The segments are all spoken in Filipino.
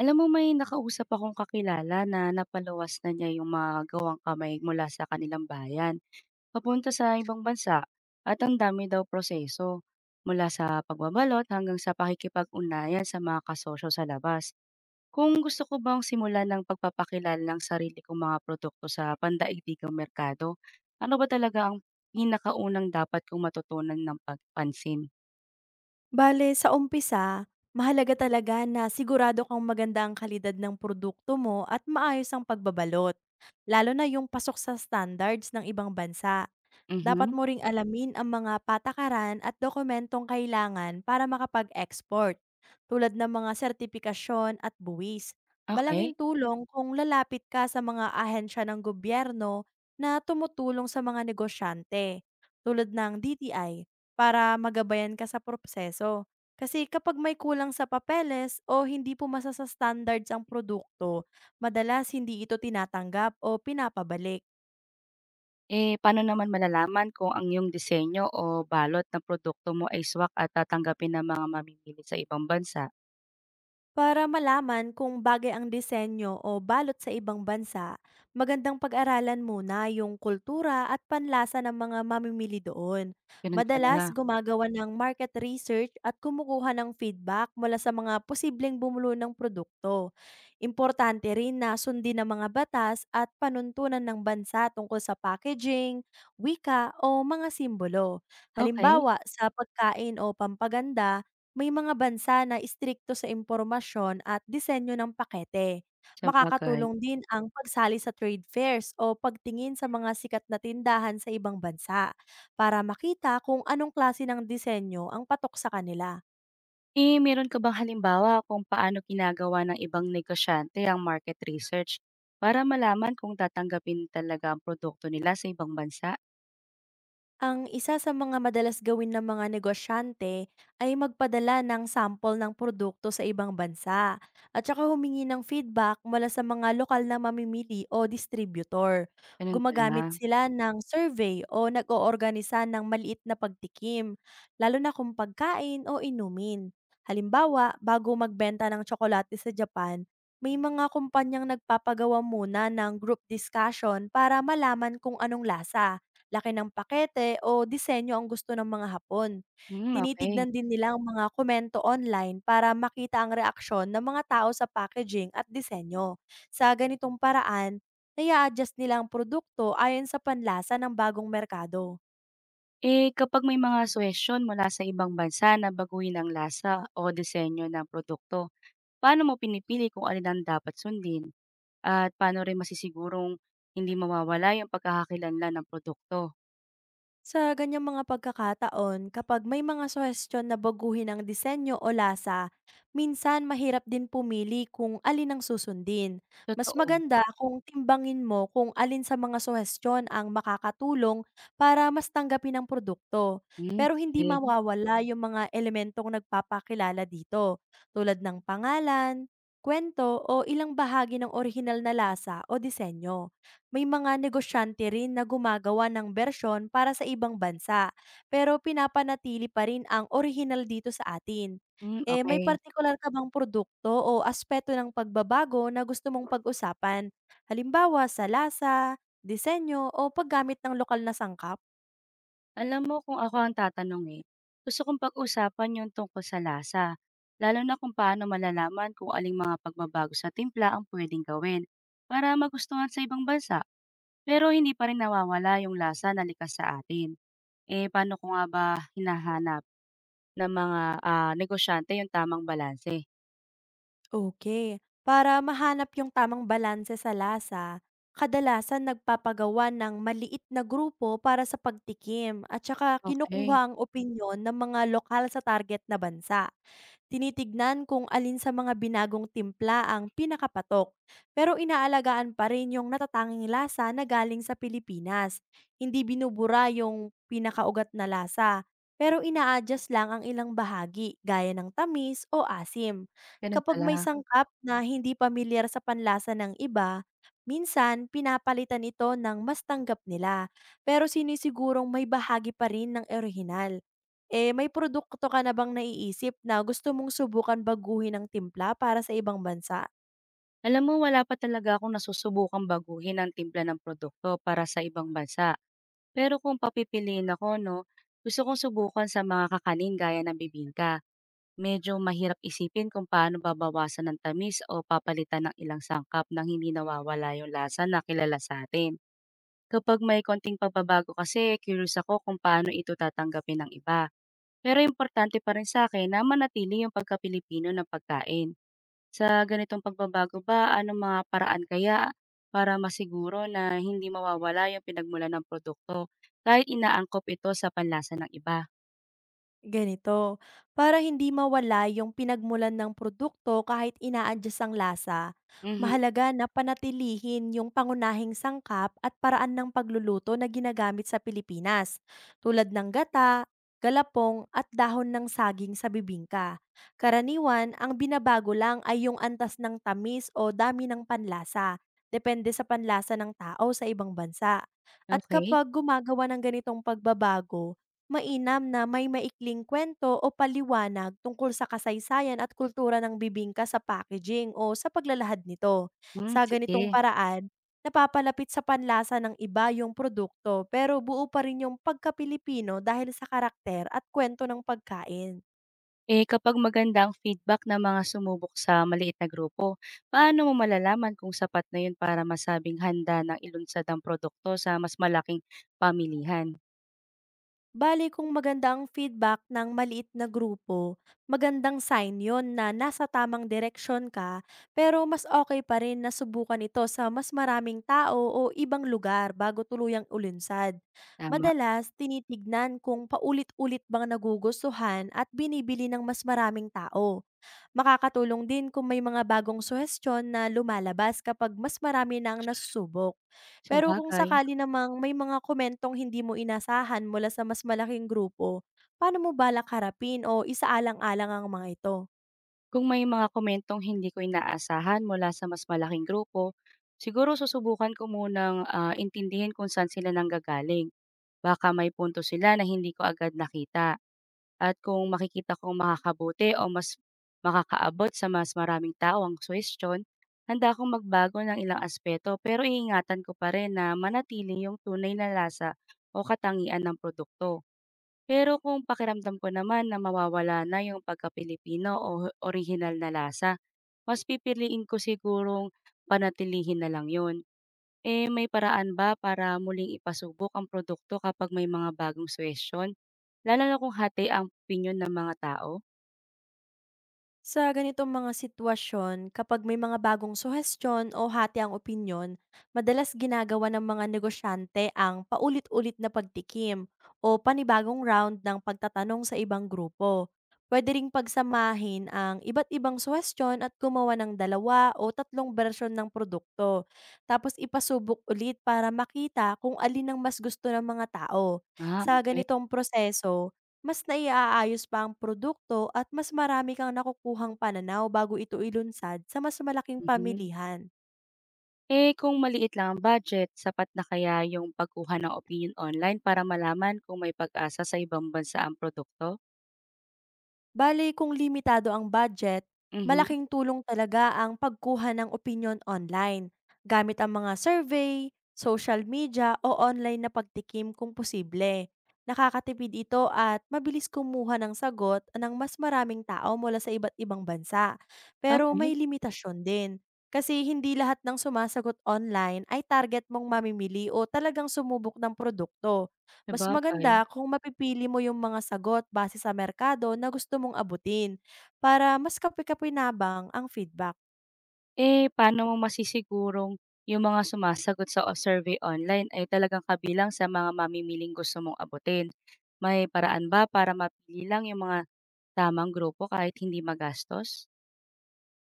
Alam mo, may nakausap akong kakilala na napaluwas na niya yung mga gawang kamay mula sa kanilang bayan papunta sa ibang bansa, at ang dami daw proseso mula sa pagbabalot hanggang sa pakikipag-ugnayan sa mga kasosyo sa labas. Kung gusto ko bang simulan ng pagpapakilala ng sarili kong mga produkto sa pandaigdigang merkado, ano ba talaga ang pinakaunang dapat kong matutunan ng pagpansin? Bale, sa umpisa, mahalaga talaga na sigurado kang maganda ang kalidad ng produkto mo at maayos ang pagbabalot, lalo na yung pasok sa standards ng ibang bansa. Dapat Mhm. mo ring alamin ang mga patakaran at dokumentong kailangan para makapag-export, tulad ng mga sertipikasyon at buwis. Okay. Malaking tulong kung lalapit ka sa mga ahensya ng gobyerno na tumutulong sa mga negosyante, tulad ng DTI, para magabayan ka sa proseso. Kasi kapag may kulang sa papeles o hindi pumasa sa standards ang produkto, madalas hindi ito tinatanggap o pinapabalik. Eh, paano naman malalaman kung ang iyong disenyo o balot ng produkto mo ay swak at tatanggapin ng mga mamimili sa ibang bansa? Para malaman kung bagay ang disenyo o balot sa ibang bansa, magandang pag-aralan muna yung kultura at panlasa ng mga mamimili doon. Gano'n Madalas pala. gumagawa ng market research at kumukuha ng feedback mula sa mga posibleng bumulo ng produkto. Importante rin na sundin ang mga batas at panuntunan ng bansa tungkol sa packaging, wika o mga simbolo. Okey, Halimbawa, sa pagkain o pampaganda, may mga bansa na istrikto sa impormasyon at disenyo ng pakete. sabagay. Makakatulong din ang pagsali sa trade fairs o pagtingin sa mga sikat na tindahan sa ibang bansa para makita kung anong klase ng disenyo ang patok sa kanila. Eh, meron ka bang halimbawa kung paano ginagawa ng ibang negosyante ang market research para malaman kung tatanggapin talaga ang produkto nila sa ibang bansa? Ang isa sa mga madalas gawin ng mga negosyante ay magpadala ng sample ng produkto sa ibang bansa at saka humingi ng feedback mula sa mga lokal na mamimili o distributor. Gano'n pala. Gumagamit sila ng survey o nag-oorganisa ng maliit na pagtikim, lalo na kung pagkain o inumin. Halimbawa, bago magbenta ng tsokolate sa Japan, may mga kumpanyang nagpapagawa muna ng group discussion para malaman kung anong lasa laki ng pakete o disenyo ang gusto ng mga Hapon. Hmm, okay. Tinitignan din nila ang mga komento online para makita ang reaksyon ng mga tao sa packaging at disenyo. Sa ganitong paraan, naya-adjust nila ang produkto ayon sa panlasa ng bagong merkado. Eh, kapag may mga suhestiyon mula sa ibang bansa na baguhin ang lasa o disenyo ng produkto, paano mo pinipili kung alin ang dapat sundin? At paano rin masisigurong hindi mawawala yung pagkakakilanlan ng produkto? Sa ganyang mga pagkakataon, kapag may mga suhestiyon na baguhin ang disenyo o lasa, minsan mahirap din pumili kung alin ang susundin. Mas Totoo. maganda kung timbangin mo kung alin sa mga suhestiyon ang makakatulong para mas tanggapin ang produkto. Hmm, Pero hindi sige. mawawala yung mga elementong nagpapakilala dito, tulad ng pangalan, kwento o ilang bahagi ng orihinal na lasa o disenyo. May mga negosyante rin na gumagawa ng bersyon para sa ibang bansa, pero pinapanatili pa rin ang orihinal dito sa atin. Hmm, Eh, may okay. partikular ka bang produkto o aspeto ng pagbabago na gusto mong pag-usapan? Halimbawa sa lasa, disenyo o paggamit ng lokal na sangkap? Alam mo, kung ako ang tatanungin, gusto kong pag-usapan yung tungkol sa lasa, lalo na kung paano malalaman kung aling mga pagbabago sa timpla ang puwedeng gawin para magustuhan sa ibang bansa, pero hindi pa rin nawawala yung lasa na likas sa atin. Eh, paano ko nga ba hinahanap ng mga negosyante yung tamang balanse? Okay, para mahanap yung tamang balanse sa lasa, kadalasan nagpapagawa ng maliit na grupo para sa pagtikim at saka Okay. kinukuha ang opinyon ng mga lokal sa target na bansa. Tinitignan kung alin sa mga binagong timpla ang pinakapatok, pero inaalagaan pa rin yung natatanging lasa na galing sa Pilipinas. Hindi binubura yung pinakaugat na lasa, pero ina-adjust lang ang ilang bahagi gaya ng tamis o asim. Ganun Kapag may pala. sangkap na hindi pamilyar sa panlasa ng iba, minsan pinapalitan ito ng mas tanggap nila, pero sinisigurong may bahagi pa rin ng orihinal. Eh, may produkto ka na bang naiisip na gusto mong subukan baguhin ng timpla para sa ibang bansa? Alam mo, wala pa talaga akong nasusubukang baguhin ang timpla ng produkto para sa ibang bansa. Pero kung papipiliin ako, no, gusto kong subukan sa mga kakanin gaya ng bibingka. Medyo mahirap isipin kung paano babawasan ng tamis o papalitan ng ilang sangkap nang hindi nawawala yung lasa na kilala sa atin. Kapag may konting pagbabago kasi, curious ako kung paano ito tatanggapin ng iba. Pero importante pa rin sa akin na manatili yung pagka-Pilipino ng pagkain. Sa ganitong pagbabago ba, anong mga paraan kaya para masiguro na hindi mawawala yung pinagmulan ng produkto kahit inaangkop ito sa panlasa ng iba? Ganito, para hindi mawala yung pinagmulan ng produkto kahit ina-adjust ang lasa, Mhm, mahalaga na panatilihin yung pangunahing sangkap at paraan ng pagluluto na ginagamit sa Pilipinas, tulad ng gata, galapong at dahon ng saging sa bibingka. Karaniwan, ang binabago lang ay yung antas ng tamis o dami ng panlasa, depende sa panlasa ng tao sa ibang bansa. At okay. kapag gumagawa ng ganitong pagbabago, mainam na may maikling kwento o paliwanag tungkol sa kasaysayan at kultura ng bibingka sa packaging o sa paglalahad nito. Hmm, Sa ganitong sige. paraan, napapalapit sa panlasa ng iba yung produkto pero buo pa rin yung pagka dahil sa karakter at kwento ng pagkain. Eh, kapag maganda ang feedback ng mga sumubok sa maliit na grupo, paano mo malalaman kung sapat na yun para masabing handa ng ilunsad ang produkto sa mas malaking pamilihan? Bali kung maganda ang feedback ng maliit na grupo, magandang sign yon na nasa tamang direksyon ka, pero mas okay pa rin na subukan ito sa mas maraming tao o ibang lugar bago tuluyang ulunsad. Tama, Madalas, tinitignan kung paulit-ulit bang nagugustuhan at binibili ng mas maraming tao. Makakatulong din kung may mga bagong suhestyon na lumalabas kapag mas marami na ang nasusubok. sa Pero kung sabagay. sakali namang may mga komentong hindi mo inasahan mula sa mas malaking grupo, paano mo balak harapin o isaalang-alang ang mga ito? Kung may mga komentong hindi ko inaasahan mula sa mas malaking grupo, siguro susubukan ko munang intindihin kung saan sila nanggagaling. Baka may punto sila na hindi ko agad nakita. At kung makikita kong makakabuti o mas makakaabot sa mas maraming tao ang question, handa akong magbago ng ilang aspeto pero iingatan ko pa rin na manatili yung tunay na lasa o katangian ng produkto. Pero kung pakiramdam ko naman na mawawala na yung pagka-Pilipino o orihinal na lasa, mas pipiliin ko sigurong panatilihin na lang yun. Eh, may paraan ba para muling ipasubok ang produkto kapag may mga bagong suwesyon? Lalo na kung hati ang opinion ng mga tao? Sa ganitong mga sitwasyon, kapag may mga bagong suhestiyon o hati ang opinyon, madalas ginagawa ng mga negosyante ang paulit-ulit na pagtikim o panibagong round ng pagtatanong sa ibang grupo. Pwede ring pagsamahin ang iba't ibang suhestiyon at gumawa ng dalawa o tatlong bersyon ng produkto. Tapos ipasubok ulit para makita kung alin ang mas gusto ng mga tao. Ah, Sa okay. ganitong proseso, mas naiaayos pa ang produkto at mas marami kang nakukuhang pananaw bago ito ilunsad sa mas malaking Mhm. pamilihan. Eh, kung maliit lang ang budget, sapat na kaya yung pagkuha ng opinion online para malaman kung may pag-asa sa ibang bansa ang produkto? Bale kung limitado ang budget, Mhm. malaking tulong talaga ang pagkuha ng opinyon online gamit ang mga survey, social media o online na pagtikim kung posible. Nakakatipid ito at mabilis kumuha ng sagot ng mas maraming tao mula sa iba't ibang bansa. Pero Okay, may limitasyon din kasi hindi lahat ng sumasagot online ay target mong mamimili o talagang sumubok ng produkto. Mas sabagay. maganda kung mapipili mo yung mga sagot base sa merkado na gusto mong abutin para mas kapi-kapinabang ang feedback. Eh, paano mo masisigurong yung mga sumasagot sa o survey online ay talagang kabilang sa mga mamimiling gusto mong abutin? May paraan ba para mapili lang yung mga tamang grupo kahit hindi magastos?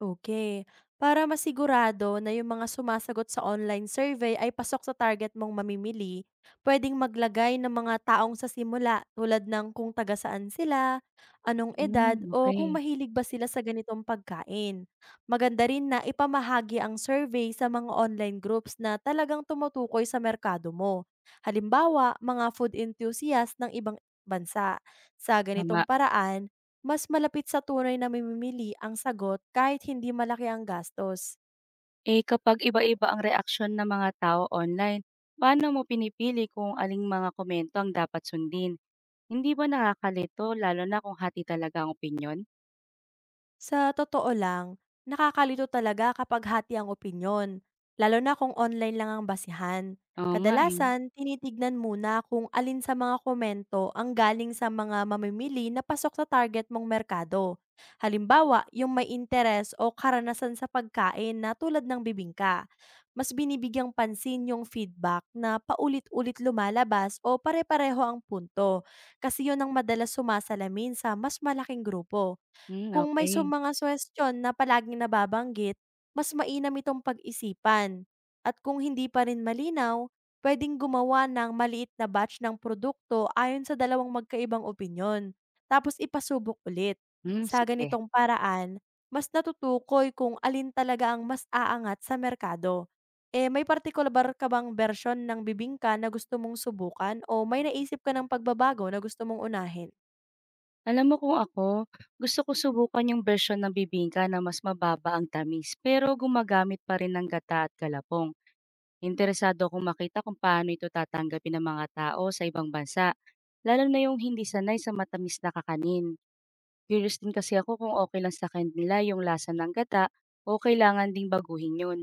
Okay. Para masigurado na yung mga sumasagot sa online survey ay pasok sa target mong mamimili, puwedeng maglagay ng mga taong sa simula tulad ng kung taga saan sila, anong edad Hmm, o kung okay. mahilig ba sila sa ganitong pagkain. Maganda rin na ipamahagi ang survey sa mga online groups na talagang tumutukoy sa merkado mo. Halimbawa, mga food enthusiasts ng ibang bansa. Sa Tama. ganitong paraan, mas malapit sa tunay na mamimili ang sagot kahit hindi malaki ang gastos. Eh, kapag iba-iba ang reaksyon ng mga tao online, paano mo pinipili kung aling mga komento ang dapat sundin? Hindi ba nakakalito lalo na kung hati talaga ang opinyon? Sa totoo lang, nakakalito talaga kapag hati ang opinyon, lalo na kung online lang ang basihan. Oo nga, eh. Kadalasan, tinitignan muna kung alin sa mga komento ang galing sa mga mamimili na pasok sa target mong merkado. Halimbawa, yung may interes o karanasan sa pagkain na tulad ng bibingka. Mas binibigyang pansin yung feedback na paulit-ulit lumalabas o pare-pareho ang punto kasi yun ang madalas sumasalamin sa mas malaking grupo. Hmm, Kung may sum okay. mga suwestiyon na palaging nababanggit, mas mainam itong pag-isipan. At kung hindi pa rin malinaw, pwedeng gumawa ng maliit na batch ng produkto ayon sa dalawang magkaibang opinyon, tapos ipasubok ulit. Hmm, Sa sige. ganitong paraan, mas natutukoy kung alin talaga ang mas aangat sa merkado. Eh, may partikular ka bang bersyon ng bibingka na gusto mong subukan o may naisip ka ng pagbabago na gusto mong unahin? Alam mo kung ako, gusto ko subukan yung version ng bibingka na mas mababa ang tamis pero gumagamit pa rin ng gata at galapong. Interesado akong makita kung paano ito tatanggapin ng mga tao sa ibang bansa, lalo na yung hindi sanay sa matamis na kakanin. Curious din kasi ako kung okay lang sa kanila yung lasa ng gata o kailangan ding baguhin yun.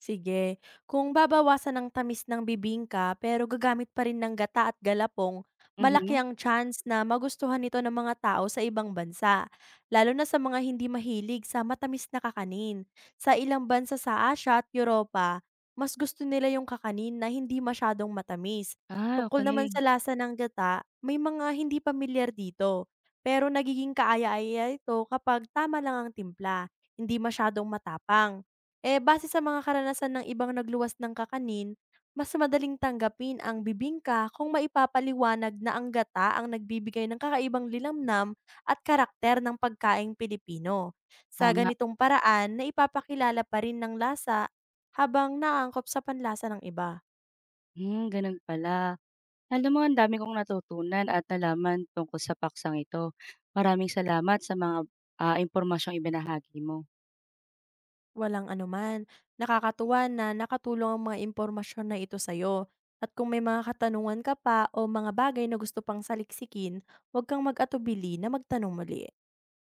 Sige, kung babawasan ng tamis ng bibingka pero gagamit pa rin ng gata at galapong, malaki Mhm. ang chance na magustuhan ito ng mga tao sa ibang bansa, lalo na sa mga hindi mahilig sa matamis na kakanin. Sa ilang bansa sa Asya at Europa, mas gusto nila yung kakanin na hindi masyadong matamis. Ah, Tungkol naman okay. sa lasa ng gata, may mga hindi pamilyar dito, pero nagiging kaaya-aya ito kapag tama lang ang timpla, hindi masyadong matapang. Eh, base sa mga karanasan ng ibang nagluwas ng kakanin, mas madaling tanggapin ang bibingka kung maipapaliwanag na ang gata ang nagbibigay ng kakaibang lilamnam at karakter ng pagkaing Pilipino. Sa Tama. ganitong paraan, na ipapakilala pa rin ng lasa habang naangkop sa panlasa ng iba. Hmm, ganun pala. Alam mo, ang dami kong natutunan at nalaman tungkol sa paksang ito. Maraming salamat sa mga impormasyong ibinahagi mo. Walang anuman, nakakatuwa na nakatulong ang mga impormasyon na ito sa'yo. At kung may mga katanungan ka pa o mga bagay na gusto pang saliksikin, huwag kang mag-atubili na magtanong muli.